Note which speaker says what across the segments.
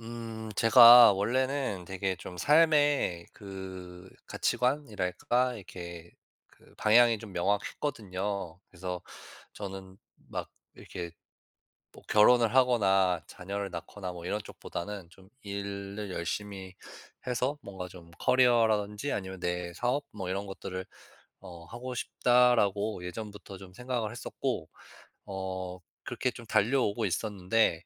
Speaker 1: 제가 원래는 되게 좀 삶의 그 가치관이랄까 이렇게 그 방향이 좀 명확했거든요. 그래서 저는 막 이렇게 뭐 결혼을 하거나 자녀를 낳거나 뭐 이런 쪽보다는 좀 일을 열심히 해서 뭔가 좀 커리어라든지 아니면 내 사업 뭐 이런 것들을 하고 싶다라고 예전부터 좀 생각을 했었고, 어 그렇게 좀 달려오고 있었는데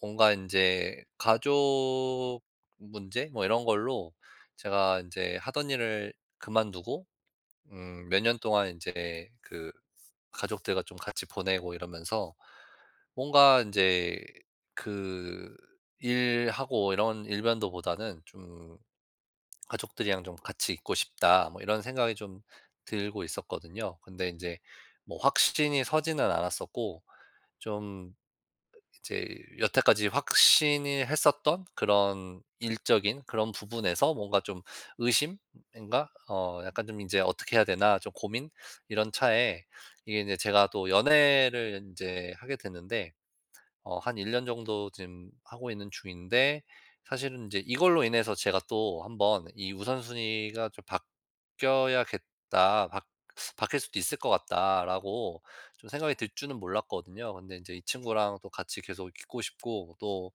Speaker 1: 뭔가 이제 가족 문제 뭐 이런 걸로 제가 이제 하던 일을 그만두고 몇 년 동안 이제 그 가족들과 좀 같이 보내고 이러면서 뭔가 이제 그 일하고 이런 일변도보다는 좀 '가족들이랑 좀 같이 있고 싶다.' 뭐 이런 생각이 좀 들고 있었거든요. 근데 이제 뭐 확신이 서지는 않았었고, 좀 이제 여태까지 확신이 했었던 그런 일적인 그런 부분에서 뭔가 좀 의심인가? 약간 좀 이제 '어떻게 해야 되나.' 좀 고민, 이런 차에 이게 이제 제가 또 연애를 이제 하게 됐는데 한 1년 정도 지금 하고 있는 중인데, 사실은 이제 이걸로 인해서 제가 또 한번 이 '우선순위가 좀 바뀌어야겠다. 바 바뀔 수도 있을 것 같다.'라고 좀 생각이 들 줄은 몰랐거든요. 근데 이제 이 친구랑 또 같이 계속 있고 싶고, 또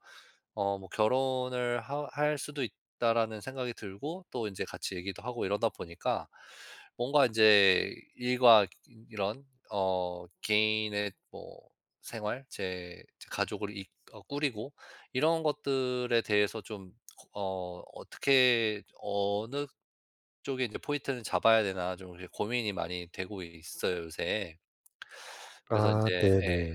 Speaker 1: 뭐 '결혼을 하 할 수도 있다.'라는 생각이 들고, 또 이제 같이 얘기도 하고 이러다 보니까 뭔가 이제 일과 이런 개인의 뭐 생활, 제 가족을 이 어 꾸리고 이런 것들에 대해서 좀 어떻게 어느 쪽에 이제 포인트를 잡아야 되나 좀 이렇게 고민이 많이 되고 있어요, 요새. 그래서 이
Speaker 2: 아,
Speaker 1: 제
Speaker 2: 네네.
Speaker 1: 예.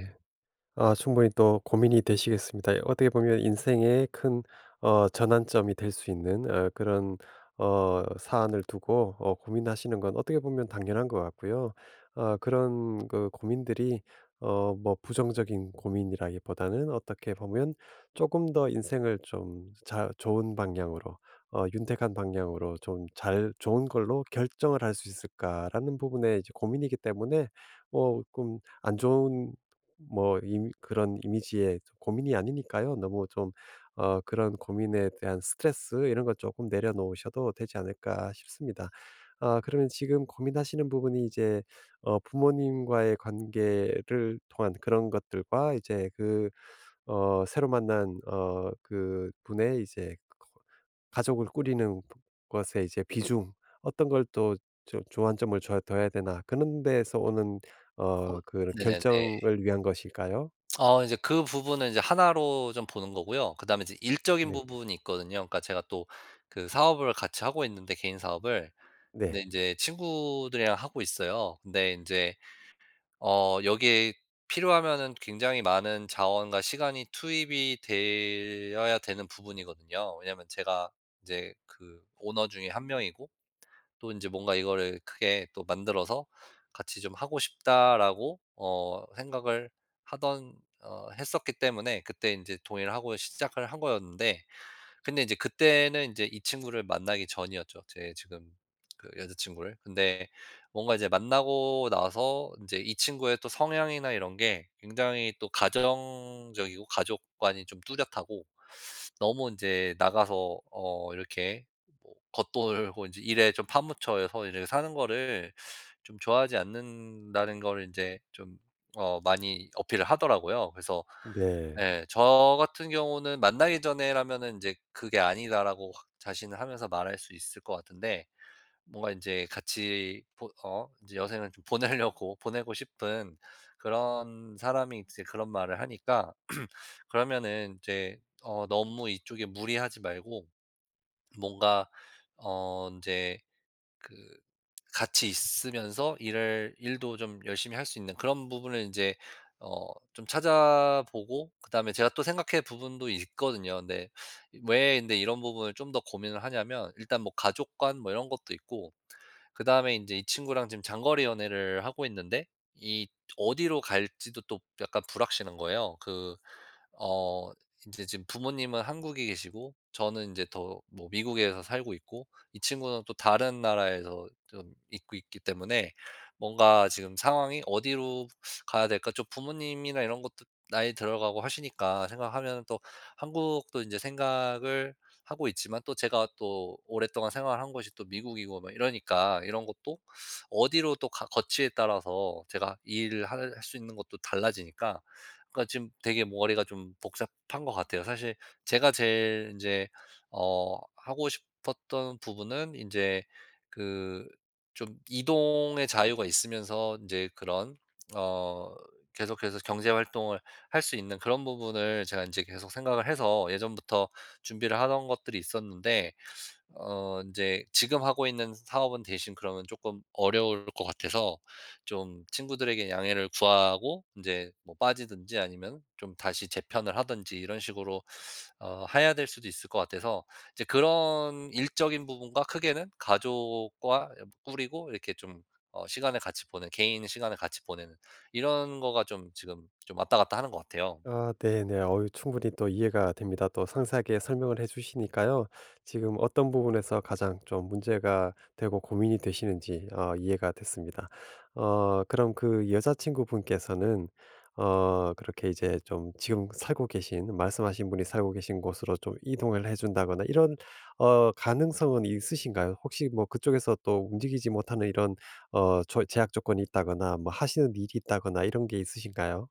Speaker 2: 아, 충분히 또 고민이 되시겠습니다. 예, 어떻게 보면 인생의 큰 전환점이 될 수 있는 그런 사안을 두고 고민하시는 건 어떻게 보면 당연한 것 같고요. 아, 그런 그 고민들이 뭐 부정적인 고민이라기보다는 어떻게 보면 조금 더 인생을 좀 자, 좋은 방향으로, 윤택한 방향으로 좀 잘 좋은 걸로 결정을 할 수 있을까라는 부분에 이제 고민이기 때문에, 어 좀안 좋은 뭐 임- 그런 이미지에 좀 고민이 아니니까요. 너무 좀 그런 고민에 대한 스트레스 이런 거 조금 내려놓으셔도 되지 않을까 싶습니다. 아, 그러면 지금 고민하시는 부분이 이제 부모님과의 관계를 통한 그런 것들과 이제 새로 만난 그분의 이제 거 가족을 꾸리는 것에 이제 비중 어떤 걸또 '조안점을 줘야 되나.' 그런 데서 오는
Speaker 1: 어
Speaker 2: 그런
Speaker 1: 네네네.
Speaker 2: 결정을 위한 것일까요?
Speaker 1: 이제 그 부분은 이제 하나로 좀 보는 거고요. 그다음에 이제 일적인
Speaker 2: 네.
Speaker 1: 부분이 있거든요. 그러니까 제가 또 그 사업을 같이 하고 있는데, 개인 사업을. 근데
Speaker 2: 네.
Speaker 1: 이제 친구들이랑 하고 있어요. 근데 이제 여기에 필요하면은 굉장히 많은 자원과 시간이 투입이 되어야 되는 부분이거든요. 왜냐면 제가 이제 그 오너 중에 한 명이고 또 이제 뭔가 이거를 크게 또 만들어서 '같이 좀 하고 싶다.'라고 생각을 하던 어 했었기 때문에 그때 인제 동의를 하고 시작을 한 거였는데, 근데 이제 그때는 인제 이 친구를 만나기 전이었죠. 제 지금 그 여자 친구를. 근데 뭔가 이제 만나고 나서 인제 이 친구의 또 성향이나 이런 게 굉장히 또 가정적이고 가족관이 좀 뚜렷하고 너무 이제 나가서 이렇게 뭐 겉돌고 이제 일에 좀 파묻혀서 이렇게 사는 거를 좀 좋아하지 않는다는 거를 인제 좀 많이 어필을 하더라고요. 그래서
Speaker 2: 네.
Speaker 1: 예, 저 같은 경우는 만나기 전에라면은 인제 "그게 아니다."라고 확 자신을 하면서 말할 수 있을 것 같은데, 뭔가 이제 같이 보 어 이제 여생을 좀 보내려고 보내고 싶은 그런 사람이 이제 그런 말을 하니까 그러면은 이제 너무 이쪽에 무리하지 말고 뭔가 이제 그 같이 있으면서 일을 일도 좀 열심히 할 수 있는 그런 부분을 이제 어 좀 찾아보고 그다음에 제가 또 생각해 부분도 있거든요. 근데 이런 부분을 좀 더 고민을 하냐면, 일단 뭐 가족 관 뭐 이런 것도 있고 그다음에 이제 이 친구랑 지금 장거리 연애를 하고 있는데, 이 어디로 갈지도 또 약간 불확실한 거예요. 그 어 이제 지금 부모님은 한국에 계시고 저는 이제 더 뭐 미국에서 살고 있고 이 친구는 또 다른 나라에서 좀 있고 있기 때문에 뭔가 지금 상황이 어디로 가야 될까? 좀 부모님이나 이런 것도 나이 들어가고 하시니까 생각하면, 또 한국도 이제 생각을 하고 있지만 또 제가 또 오랫동안 생활을 한 곳이 또 미국이고 막 이러니까 이런 것도 어디로 또 가 거치에 따라서 제가 일을 할 수 있는 것도 달라지니까. 그러니까 지금 되게 머리가 좀 복잡한 것 같아요, 사실. 제가 제일 이제 하고 싶었던 부분은 이제 그 좀 이동의 자유가 있으면서 이제 그런 어 계속해서 경제 활동을 할 수 있는 그런 부분을 제가 이제 계속 생각을 해서 예전부터 준비를 하던 것들이 있었는데, 이제 지금 하고 있는 사업은 대신 그러면 조금 어려울 것 같아서 좀 친구들에게 양해를 구하고 이제 뭐 빠지든지 아니면 좀 다시 재편을 하든지 이런 식으로 해야 될 수도 있을 것 같아서 이제 그런 일적인 부분과 크게는 가족과 꾸리고 이렇게 좀 시간을 같이 보내는, 개인 시간을 같이 보내는 이런 거가 좀 지금 좀 왔다 갔다 하는 것 같아요.
Speaker 2: 아, 네네. 어유, 충분히 또 이해가 됩니다. 또 상세하게 설명을 해 주시니까요. 지금 어떤 부분에서 가장 좀 문제가 되고 고민이 되시는지 이해가 됐습니다. 어, 그럼 그 여자친구분께서는 그렇게 이제 좀 지금 살고 계신 말씀하신 분이 살고 계신 곳으로 좀 이동을 해 준다거나 이런 가능성은 있으신가요? 혹시 뭐 그쪽에서 또 움직이지 못하는 이런 제약 조건이 있다거나 뭐 하시는 일이 있다거나 이런 게 있으신가요?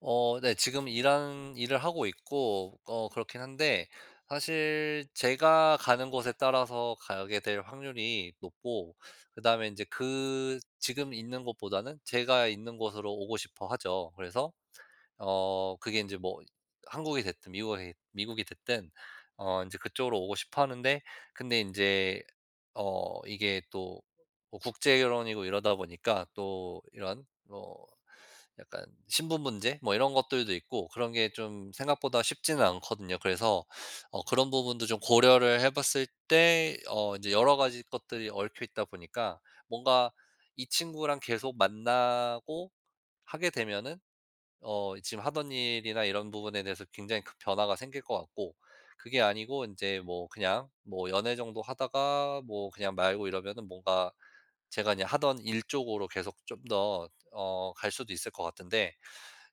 Speaker 1: 네. 지금 일런 일을 하고 있고 그렇긴 한데 사실 제가 가는 곳에 따라서 가게 될 확률이 높고, 그다음에 이제 그 지금 있는 곳보다는 제가 있는 곳으로 오고 싶어 하죠. 그래서 그게 이제 뭐 한국이 됐든 미국이 됐든 이제 그쪽으로 오고 싶어 하는데, 근데 이제 이게 또 뭐 국제 결혼이고 이러다 보니까 또 이런 뭐 약간 신분 문제 뭐 이런 것들도 있고 그런 게 좀 생각보다 쉽지는 않거든요. 그래서 그런 부분도 좀 고려를 해 봤을 때어제 여러 가지 것들이 얽혀 있다 보니까 뭔가 이 친구랑 계속 만나고 하게 되면은 지금 하던 일이나 이런 부분에 대해서 굉장히 큰 변화가 생길 것 같고, 그게 아니고 이제 뭐 그냥 뭐 연애 정도 하다가 뭐 그냥 말고 이러면은 뭔가 제가 그냥 하던 일 쪽으로 계속 좀 더 갈 수도 있을 것 같은데,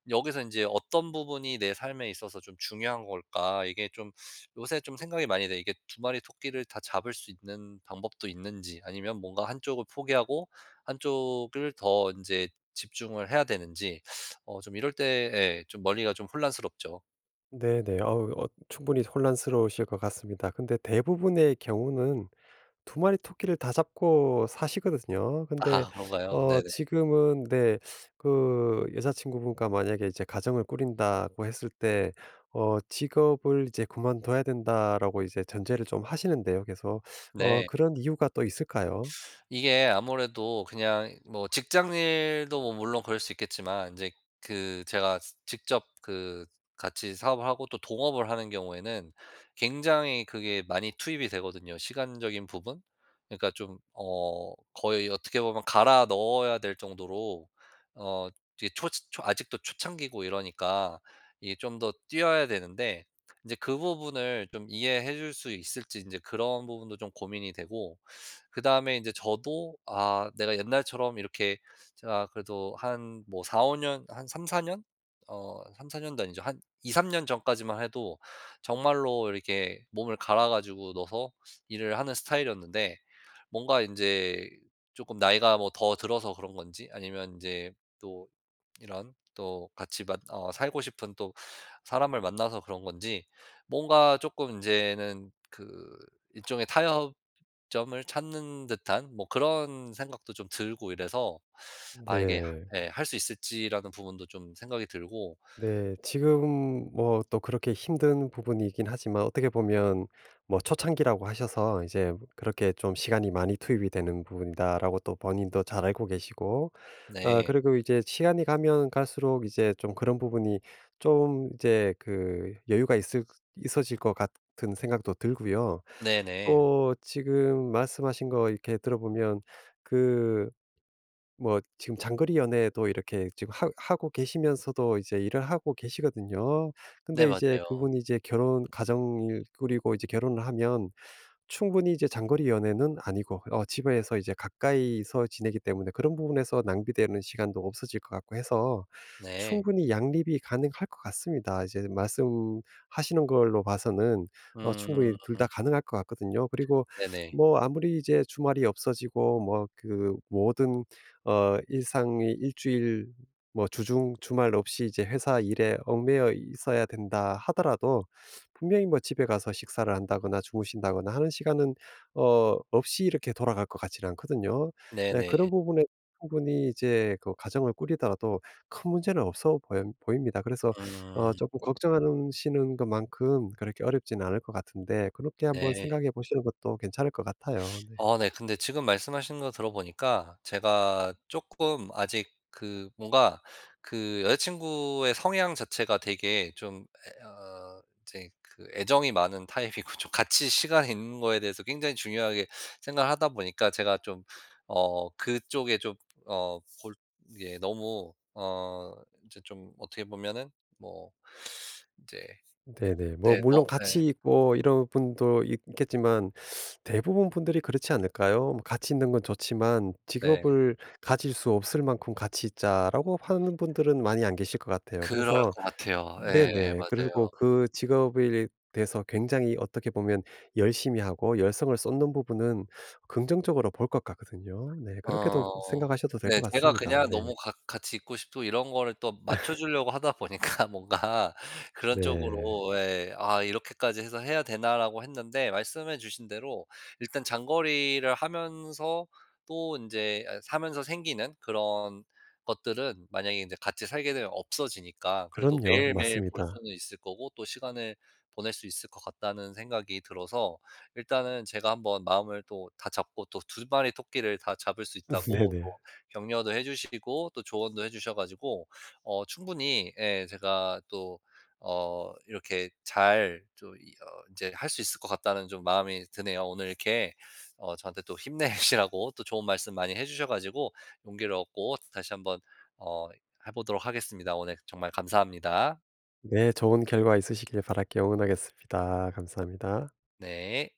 Speaker 1: 여기서 이제 '어떤 부분이 내 삶에 있어서 좀 중요한 걸까?' 이게 좀 요새 좀 생각이 많이 돼. 이게 두 마리 토끼를 다 잡을 수 있는 방법도 있는지, 아니면 뭔가 한쪽을 포기하고 한쪽을 더 이제 집중을 해야 되는지, 좀 이럴 때, 예, 좀 머리가 좀 혼란스럽죠.
Speaker 2: 네네. 어우, 충분히 혼란스러우실 것 같습니다. 근데 대부분의 경우는 두 마리 토끼를 다 잡고 사시거든요. 근데
Speaker 1: 아, 그런가요? 네네.
Speaker 2: 지금은, 네, 그 여자친구분과 만약에 이제 가정을 꾸린다고 했을 때 "직업을 이제 그만둬야 된다."라고 이제 전제를 좀 하시는데요. 그래어
Speaker 1: 네.
Speaker 2: 그런 이유가 또 있을까요?
Speaker 1: 이게 아무래도 그냥 뭐 직장일도 뭐 물론 그럴 수 있겠지만 이제 그 제가 직접 그 같이 사업을 하고 또 동업을 하는 경우에는 굉장히 그게 많이 투입이 되거든요, 시간적인 부분. 그러니까 좀 거의 어떻게 보면 갈아 넣어야 될 정도로 어 이게 초 초 아직도 초창기고 이러니까 이게 좀 더 뛰어야 되는데, 이제 그 부분을 좀 이해해 줄 수 있을지, 이제 그런 부분도 좀 고민이 되고 그다음에 이제 저도, 아, 내가 옛날처럼 이렇게 제가 그래도 한 뭐 4-5년, 한 3-4 년? 3-4 년도 아니죠. 한 2-3년 전까지만 해도 정말로 이렇게 몸을 갈아 가지고 넣어서 일을 하는 스타일이었는데, 뭔가 이제 조금 나이가 뭐 더 들어서 그런 건지 아니면 이제 또 이런 또 같이 만 어 살고 싶은 또 사람을 만나서 그런 건지, 뭔가 조금 이제는 그 일종의 타협 점을 찾는 듯한 뭐 그런 생각도 좀 들고 이래서 '아, 이게
Speaker 2: 네.
Speaker 1: 하 예 할 수 있을지.'라는 부분도 좀 생각이 들고.
Speaker 2: 네. 지금 뭐 또 그렇게 힘든 부분이긴 하지만 어떻게 보면 뭐 초창기라고 하셔서 이제 그렇게 좀 시간이 많이 투입이 되는 부분이다라고 또 본인도 잘 알고 계시고, 아,
Speaker 1: 네.
Speaker 2: 그리고 이제 시간이 가면 갈수록 이제 좀 그런 부분이 좀 이제 그 여유가 있을 있어질 것 같은 생각도 들고요.
Speaker 1: 네네.
Speaker 2: 또 지금 말씀하신 거 이렇게 들어보면 그 뭐 지금 장거리 연애도 이렇게 지금 하 하고 계시면서도 이제 일을 하고 계시거든요.
Speaker 1: 네
Speaker 2: 근데 이제
Speaker 1: 맞아요.
Speaker 2: 그분이 이제 결혼 가정을 꾸리고 이제 결혼을 하면 충분히 이제 장거리 연애는 아니고 집에서 이제 가까이서 지내기 때문에 그런 부분에서 낭비되는 시간도 없어질 것 같고 해서
Speaker 1: 네.
Speaker 2: 충분히 양립이 가능할 것 같습니다. 이제 말씀하시는 걸로 봐서는
Speaker 1: 음
Speaker 2: 충분히 둘 다
Speaker 1: 음.
Speaker 2: 가능할 것 같거든요. 그리고
Speaker 1: 네네.
Speaker 2: 뭐 아무리 이제 주말이 없어지고 뭐 그 모든 일상이 일주일 뭐 주중 주말 없이 이제 회사 일에 얽매여 있어야 된다 하더라도 분명히 뭐 집에 가서 식사를 한다거나 주무신다거나 하는 시간은 없이 이렇게 돌아갈 것 같지는 않거든요. 예,
Speaker 1: 네네.
Speaker 2: 그런 부분에 충분히 이제 그 가정을 꾸리더라도 큰 문제는 없어 보 보입니다. 그래서 어
Speaker 1: 음
Speaker 2: 금 걱정하시는 것만큼 그렇게 어렵지는 않을 것 같은데 그렇게 한번
Speaker 1: 네.
Speaker 2: 생각해 보시는 것도 괜찮을 것 같아요. 네.
Speaker 1: 어, 네. 근데 지금 말씀하시는 거 들어보니까 제가 조금 아직 그 뭔가 그 여자 친구의 성향 자체가 되게 좀 이제 그 애정이 많은 타입이고 좀 같이 시간 있는 거에 대해서 굉장히 중요하게 생각을 하다 보니까 제가 좀 그쪽에 좀 어 골 이게 너무 이제 좀 어떻게 보면은 뭐 이제.
Speaker 2: 네네. 뭐
Speaker 1: 네. 너
Speaker 2: 물론
Speaker 1: 네.
Speaker 2: 같이 있고 이런 분도 있겠지만 대부분 분들이 그렇지 않을까요? 뭐 "같이 있는 건 좋지만
Speaker 1: 네.
Speaker 2: 직업을 가질 수 없을 만큼 같이 있자."라고 하는 분들은 많이 안 계실 것 같아요.
Speaker 1: 그럴
Speaker 2: 그래서
Speaker 1: 것 같아요. 네
Speaker 2: 네네. 그리고
Speaker 1: 맞아요.
Speaker 2: 그 직업에 대해서 굉장히 어떻게 보면 열심히 하고 열성을 쏟는 부분은 긍정적으로 볼 것 같거든요. 네. 그렇게도
Speaker 1: 어.
Speaker 2: 생각하셔도 될
Speaker 1: 네.
Speaker 2: 것
Speaker 1: 제가
Speaker 2: 같습니다.
Speaker 1: 그냥
Speaker 2: 네.
Speaker 1: 너무 같 같이 있고 싶고 이런 거를 또 맞춰 주려고 하다 보니까 뭔가 그런
Speaker 2: 네.
Speaker 1: 쪽으로 예, '아, 이렇게까지 해서 해야 되나?'라고 했는데, 말씀해 주신 대로 일단 장거리를 하면서 또 인제, 아, 사면서 생기는 그런 것들은 만약에 인제 같이 살게 되면 없어지니까 그래도
Speaker 2: 그럼요.
Speaker 1: 매일매일 볼
Speaker 2: 맞습니다.
Speaker 1: 수는 있을 거고 또 시간을 보낼 수 있을 것 같다는 생각이 들어서 일단은 제가 한번 마음을 또 다잡고, 또 두 마리 토끼를 다 잡을 수 있다고
Speaker 2: 네네.
Speaker 1: 또 격려도 해 주시고 또 조언도 해 주셔 가지고 충분히 예, 제가 또 이렇게 잘 좀 이어제할 수 있을 것 같다는 좀 마음이 드네요. 오늘 이렇게 저한테 또 힘내시라고 또 좋은 말씀 많이 해 주셔 가지고 용기를 얻고 다시 한번 어 해 보도록 하겠습니다. 오늘 정말 감사합니다.
Speaker 2: 네. 좋은 결과 있으시길 바랄게요. 응원하겠습니다. 감사합니다.
Speaker 1: 네.